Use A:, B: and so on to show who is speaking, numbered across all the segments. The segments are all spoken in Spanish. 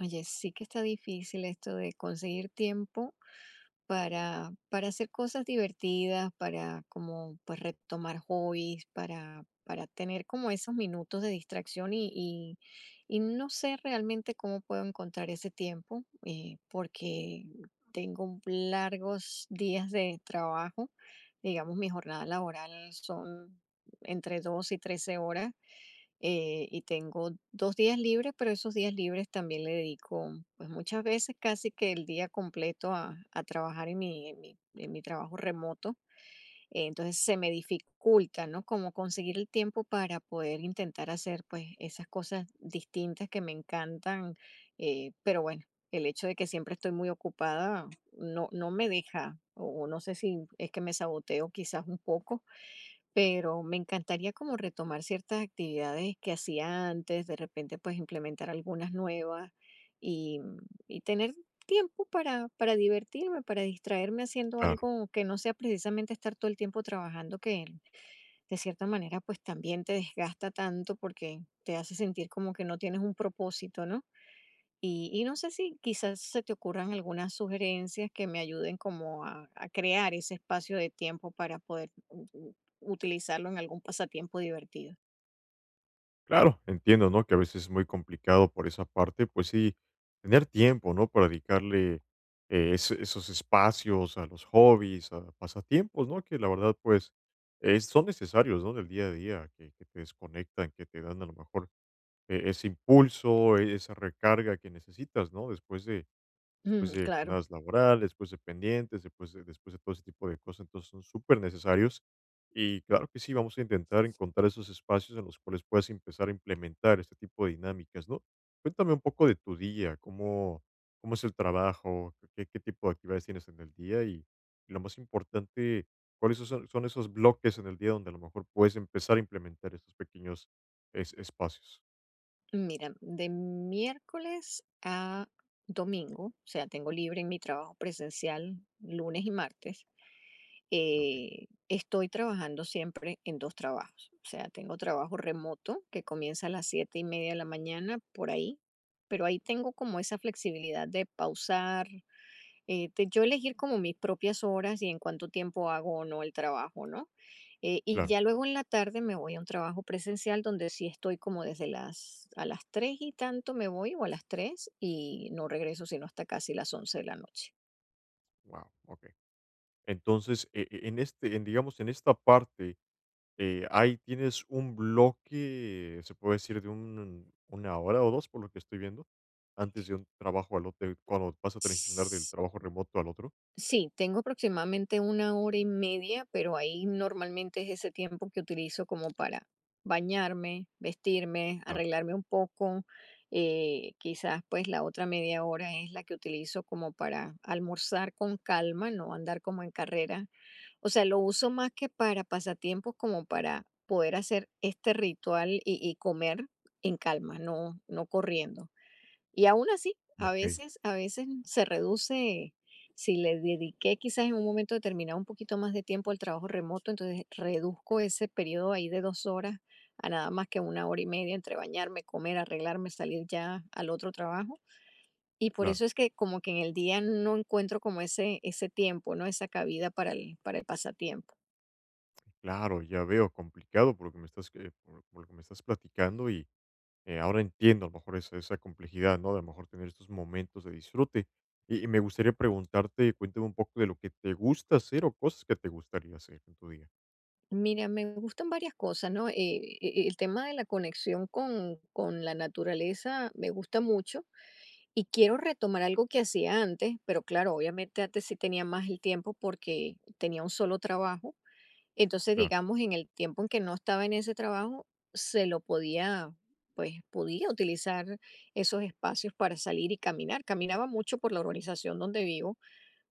A: Oye, sí que está difícil esto de conseguir tiempo para hacer cosas divertidas, para como pues retomar hobbies, para tener como esos minutos de distracción y no sé realmente cómo puedo encontrar ese tiempo, porque tengo largos días de trabajo, digamos mi jornada laboral son entre 2 y 13 horas y tengo dos días libres, pero esos días libres también le dedico, pues muchas veces casi que el día completo a trabajar en en mi trabajo remoto. Entonces se me dificulta, ¿no? Como conseguir el tiempo para poder intentar hacer pues esas cosas distintas que me encantan, pero bueno. El hecho de que siempre estoy muy ocupada no me deja, o no sé si es que me saboteo quizás un poco, pero me encantaría como retomar ciertas actividades que hacía antes, de repente pues implementar algunas nuevas y, y tener tiempo para divertirme, para distraerme haciendo
B: Claro,
A: algo que no sea precisamente estar todo el tiempo trabajando, que de cierta manera pues también te desgasta tanto porque te hace sentir como que no tienes un propósito, ¿no? Y no sé si quizás se te ocurran algunas sugerencias que me ayuden como a crear ese espacio de tiempo para poder u u utilizarlo en algún pasatiempo divertido.
B: claro, entiendo, ¿no? Que a veces es muy complicado por esa parte, pues sí, tener tiempo, ¿no? Para dedicarle esos espacios a los hobbies, a pasatiempos, ¿no? Que la verdad, pues, son necesarios, ¿no? Del día a día, que te desconectan, que te dan a lo mejor ese impulso, esa recarga que necesitas, ¿no? Después de,
A: Mm,
B: después de
A: claro.
B: jornadas laborales, después de pendientes, después de todo ese tipo de cosas. Entonces son súper necesarios. Y claro que sí, vamos a intentar encontrar esos espacios en los cuales puedas empezar a implementar este tipo de dinámicas, ¿no? Cuéntame un poco de tu día, cómo es el trabajo, qué tipo de actividades tienes en el día y lo más importante, cuáles son esos bloques en el día donde a lo mejor puedes empezar a implementar estos pequeños espacios.
A: Mira, de miércoles a domingo, o sea, tengo libre en mi trabajo presencial lunes y martes.
B: Ok,
A: Estoy trabajando siempre en dos trabajos. O sea, tengo trabajo remoto que comienza a las 7:30 de la mañana, por ahí, pero ahí tengo como esa flexibilidad de pausar, de yo elegir como mis propias horas y en cuánto tiempo hago o no el trabajo, ¿no? Y
B: claro.
A: ya luego en la tarde me voy a un trabajo presencial donde sí estoy como desde las a las tres y tanto me voy o a las tres y no regreso sino hasta casi las 11 de la noche.
B: Wow, ok. Entonces, en digamos, en esta parte. Ahí tienes un bloque, se puede decir, de un una hora o 2 por lo que estoy viendo, antes de un trabajo al otro, cuando vas a transicionar del trabajo remoto al otro.
A: Sí, tengo aproximadamente una hora y media, pero ahí normalmente es ese tiempo que utilizo como para bañarme, vestirme,
B: Claro,
A: arreglarme un poco. Quizás pues la otra media hora es la que utilizo como para almorzar con calma, no andar como en carrera. O sea, lo uso más que para pasatiempos, como para poder hacer este ritual y comer en calma, no corriendo. Y aún así, a
B: okey,
A: veces a veces se reduce, si le dediqué quizás en un momento determinado un poquito más de tiempo al trabajo remoto, entonces reduzco ese periodo ahí de 2 horas a nada más que una hora y media entre bañarme, comer, arreglarme, salir ya al otro trabajo. Y por
B: claro,
A: eso es que como que en el día no encuentro como ese tiempo, ¿no? Esa cabida para el pasatiempo.
B: claro, ya veo, complicado por lo que me estás platicando y ahora entiendo a lo mejor esa complejidad, ¿no? De a lo mejor tener estos momentos de disfrute. Y me gustaría preguntarte, cuéntame un poco de lo que te gusta hacer o cosas que te gustaría hacer en tu día.
A: Mira, me gustan varias cosas, ¿no? El tema de la conexión con la naturaleza me gusta mucho. Y quiero retomar algo que hacía antes, pero claro, obviamente antes sí tenía más el tiempo porque tenía un solo trabajo. Entonces,
B: Claro,
A: digamos, en el tiempo en que no estaba en ese trabajo, se lo podía, pues podía utilizar esos espacios para salir y caminar. Caminaba mucho por la urbanización donde vivo,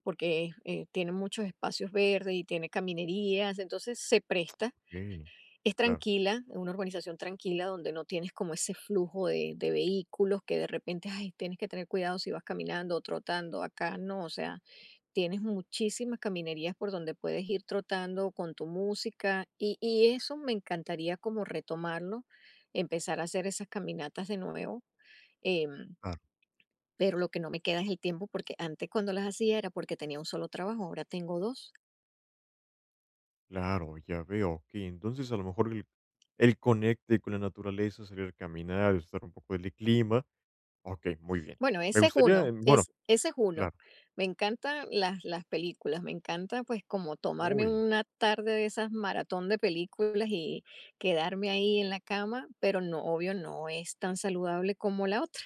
A: porque tiene muchos espacios verdes y tiene caminerías, entonces se presta,
B: ok,
A: es
B: claro,
A: tranquila, es una urbanización tranquila donde no tienes como ese flujo de vehículos que de repente, ay, tienes que tener cuidado si vas caminando o trotando. Acá no, o sea, tienes muchísimas caminerías por donde puedes ir trotando con tu música y eso me encantaría como retomarlo, empezar a hacer esas caminatas de nuevo. em,
B: claro.
A: pero lo que no me queda es el tiempo porque antes cuando las hacía era porque tenía un solo trabajo, ahora tengo dos.
B: Claro, ya veo. Ok, entonces a lo mejor el conecte con la naturaleza, salir a caminar, estar un poco del clima. Ok, muy bien.
A: Bueno,
B: Me
A: ese es
B: gustaría,
A: uno,
B: bueno,
A: es ese es uno.
B: claro.
A: Me encantan las películas, me encanta, pues, como tomarme
B: Uy,
A: una tarde de esas maratón de películas y quedarme ahí en la cama, pero no, obvio, no es tan saludable como la otra.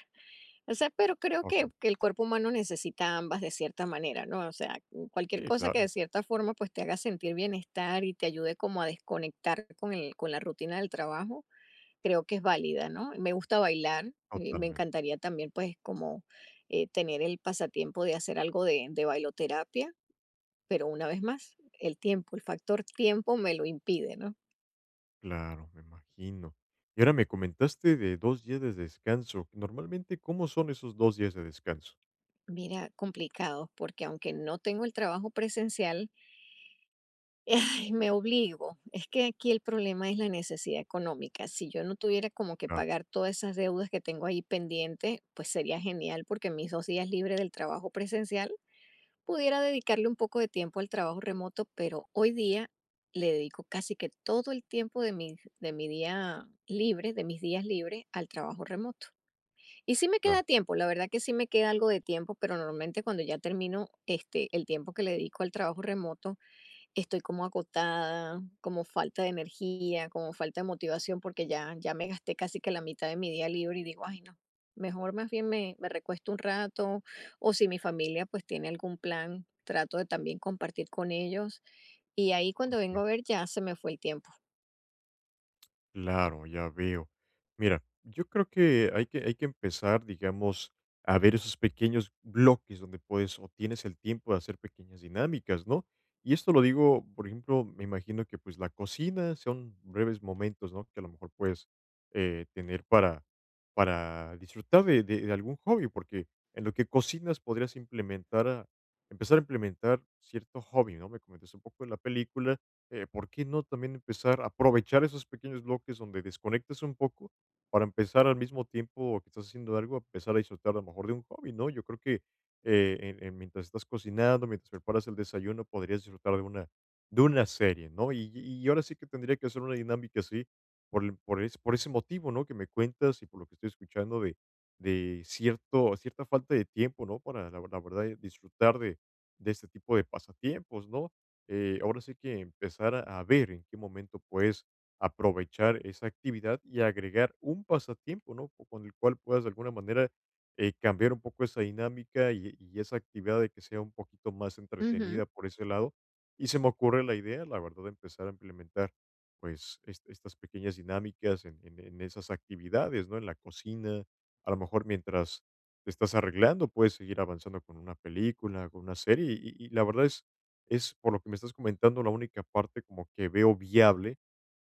A: O sea, pero creo
B: ok,
A: que el cuerpo humano necesita ambas de cierta manera, ¿no? O sea, cualquier
B: sí,
A: cosa que de
B: claro,
A: cierta forma, pues, te haga sentir bienestar y te ayude como a desconectar con la rutina del trabajo, creo que es válida, ¿no? Me gusta bailar, y me
B: totalmente.
A: encantaría también pues como tener el pasatiempo de hacer algo de bailoterapia, pero una vez más, el tiempo, el factor tiempo me lo impide, ¿no?
B: Claro, me imagino. Y ahora me comentaste de 2 días de descanso. Normalmente, ¿cómo son esos 2 días de descanso?
A: Mira, complicado, porque aunque no tengo el trabajo presencial, ay, me obligo. Es que aquí el problema es la necesidad económica. Si yo no tuviera como que
B: Claro,
A: pagar todas esas deudas que tengo ahí pendiente, pues sería genial porque mis dos días libres del trabajo presencial pudiera dedicarle un poco de tiempo al trabajo remoto, pero hoy día le dedico casi que todo el tiempo de mi día libre, de mis días libres, al trabajo remoto. Y sí me
B: claro.
A: queda tiempo, la verdad que sí me queda algo de tiempo, pero normalmente cuando ya termino este, el tiempo que le dedico al trabajo remoto, estoy como agotada, como falta de energía, como falta de motivación, porque ya me gasté casi que la mitad de mi día libre y digo, ay no, mejor más bien me recuesto un rato, o si mi familia pues tiene algún plan, trato de también compartir con ellos. Y ahí cuando vengo a
B: Ok.
A: ver ya se me fue el tiempo.
B: Claro, ya veo. Mira, yo creo que hay que empezar, digamos, a ver esos pequeños bloques donde puedes o tienes el tiempo de hacer pequeñas dinámicas, ¿no? Y esto lo digo, por ejemplo, me imagino que pues la cocina son breves momentos, ¿no? Que a lo mejor puedes tener para disfrutar de algún hobby, porque en lo que cocinas podrías implementar, empezar a implementar cierto hobby, ¿no? Me comentaste un poco de la película. ¿Por qué no también empezar a aprovechar esos pequeños bloques donde desconectas un poco para empezar al mismo tiempo que estás haciendo algo, a empezar a disfrutar a lo mejor de un hobby, ¿no? Yo creo que en mientras estás cocinando, mientras preparas el desayuno, podrías disfrutar de una serie, ¿no? Y ahora sí que tendría que hacer una dinámica así por, el- por, es- por ese motivo, ¿no? Que me cuentas y por lo que estoy escuchando de cierta falta de tiempo, ¿no? Para, la la verdad, disfrutar de este tipo de pasatiempos, ¿no? Ahora sí que empezar a ver en qué momento puedes aprovechar esa actividad y agregar un pasatiempo, ¿no? Con el cual puedas de alguna manera cambiar un poco esa dinámica, y esa actividad de que sea un poquito más
A: Ujú,
B: entretenida por ese lado. Y se me ocurre la idea, la verdad, de empezar a implementar pues estas pequeñas dinámicas en esas actividades, ¿no? En la cocina, a lo mejor mientras te estás arreglando, puedes seguir avanzando con una película, con una serie, y la verdad es, por lo que me estás comentando, la única parte como que veo viable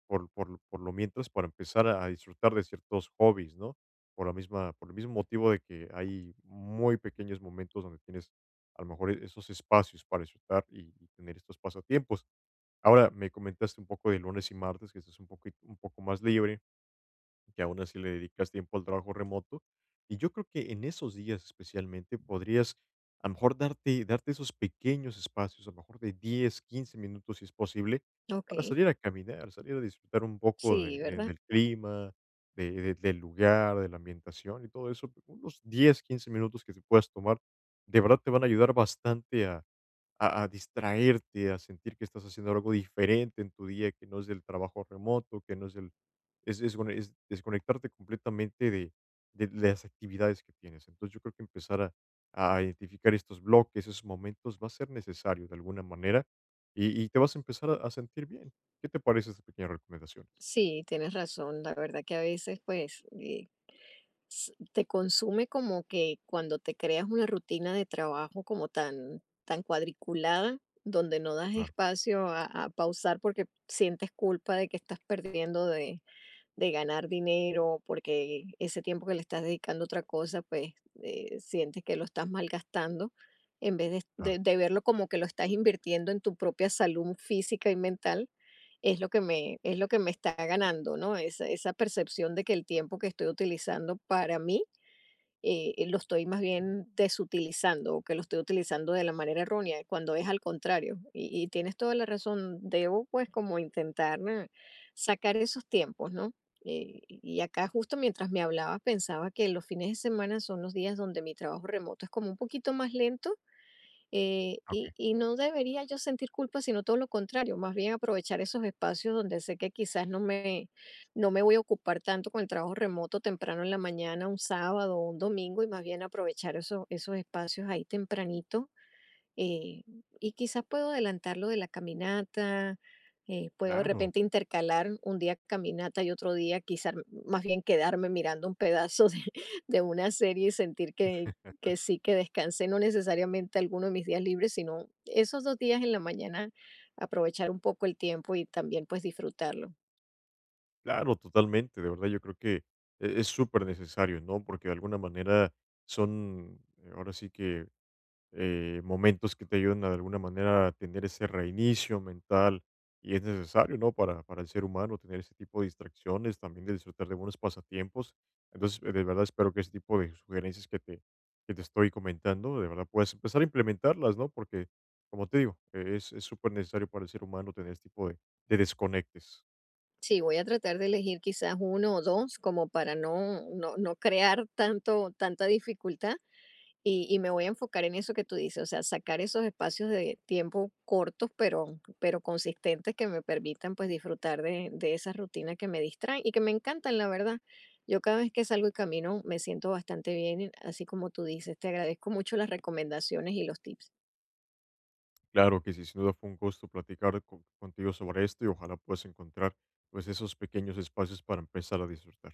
B: por lo mientras para empezar a disfrutar de ciertos hobbies, ¿no? Por el mismo motivo de que hay muy pequeños momentos donde tienes a lo mejor esos espacios para disfrutar y tener estos pasatiempos. Ahora, me comentaste un poco de lunes y martes, que estás un poco más libre, que aún así le dedicas tiempo al trabajo remoto. Y yo creo que en esos días especialmente podrías a lo mejor darte esos pequeños espacios, a lo mejor de 10 15 minutos si es posible,
A: ok,
B: para salir a caminar, salir a disfrutar un poco de-
A: sí,
B: de-
A: ¿verdad?
B: del clima, del lugar, de la ambientación y todo eso. Unos 10 15 minutos que te puedas tomar, de verdad te van a ayudar bastante a distraerte, a sentir que estás haciendo algo diferente en tu día, que no es del trabajo remoto, que no es bueno, es desconectarte completamente de las actividades que tienes. Entonces, yo creo que empezar a identificar estos bloques, esos momentos, va a ser necesario de alguna manera, y te vas a empezar a sentir bien. ¿Qué te parece estas pequeñas recomendaciones?
A: Sí, tienes razón. La verdad que a veces pues te consume como que cuando te creas una rutina de trabajo como tan, tan cuadriculada, donde no das
B: Claro,
A: espacio a pausar porque sientes culpa de que estás perdiendo de ganar dinero, porque ese tiempo que le estás dedicando a otra cosa, pues sientes que lo estás malgastando, en vez
B: claro.
A: de verlo como que lo estás invirtiendo en tu propia salud física y mental, es lo que me está ganando, ¿no? Esa percepción de que el tiempo que estoy utilizando para mí lo estoy más bien desutilizando o que lo estoy utilizando de la manera errónea, cuando es al contrario. Y tienes toda la razón, debo pues como intentar sacar esos tiempos, ¿no? Y acá justo mientras me hablaba pensaba que los fines de semana son los días donde mi trabajo remoto es como un poquito más lento, eh, y,
B: Okey.
A: y no debería yo sentir culpa, sino todo lo contrario, más bien aprovechar esos espacios donde sé que quizás no me voy a ocupar tanto con el trabajo remoto temprano en la mañana, un sábado o un domingo, y más bien aprovechar esos espacios ahí tempranito eh, y quizás puedo adelantar lo de la caminata, puedo de
B: Claro.
A: repente intercalar un día caminata y otro día quizás más bien quedarme mirando un pedazo de, de una serie y sentir que sí que descansé, no necesariamente alguno de mis días libres, sino esos dos días en la mañana aprovechar un poco el tiempo y también pues disfrutarlo.
B: Claro, totalmente. De verdad, yo creo que es súper necesario, ¿no? Porque de alguna manera son, ahora sí que momentos que te ayuden de alguna manera a tener ese reinicio mental, y es necesario, ¿no? Para el ser humano tener ese tipo de distracciones, también de disfrutar de buenos pasatiempos. Entonces, de verdad espero que ese tipo de sugerencias que te estoy comentando, de verdad puedas empezar a implementarlas, ¿no? Porque, como te digo, es súper necesario para el ser humano tener este tipo de desconectes.
A: Sí, voy a tratar de elegir quizás uno o dos como para no crear tanto, tanta dificultad. Y me voy a enfocar en eso que tú dices, o sea, sacar esos espacios de tiempo cortos, pero consistentes que me permitan pues disfrutar de esas rutinas que me distraen y que me encantan, la verdad. Yo cada vez que salgo y camino me siento bastante bien, así como tú dices, te agradezco mucho las recomendaciones y los tips.
B: Claro que sí, sin duda fue un gusto platicar contigo sobre esto y ojalá puedas encontrar pues esos pequeños espacios para empezar a disfrutar.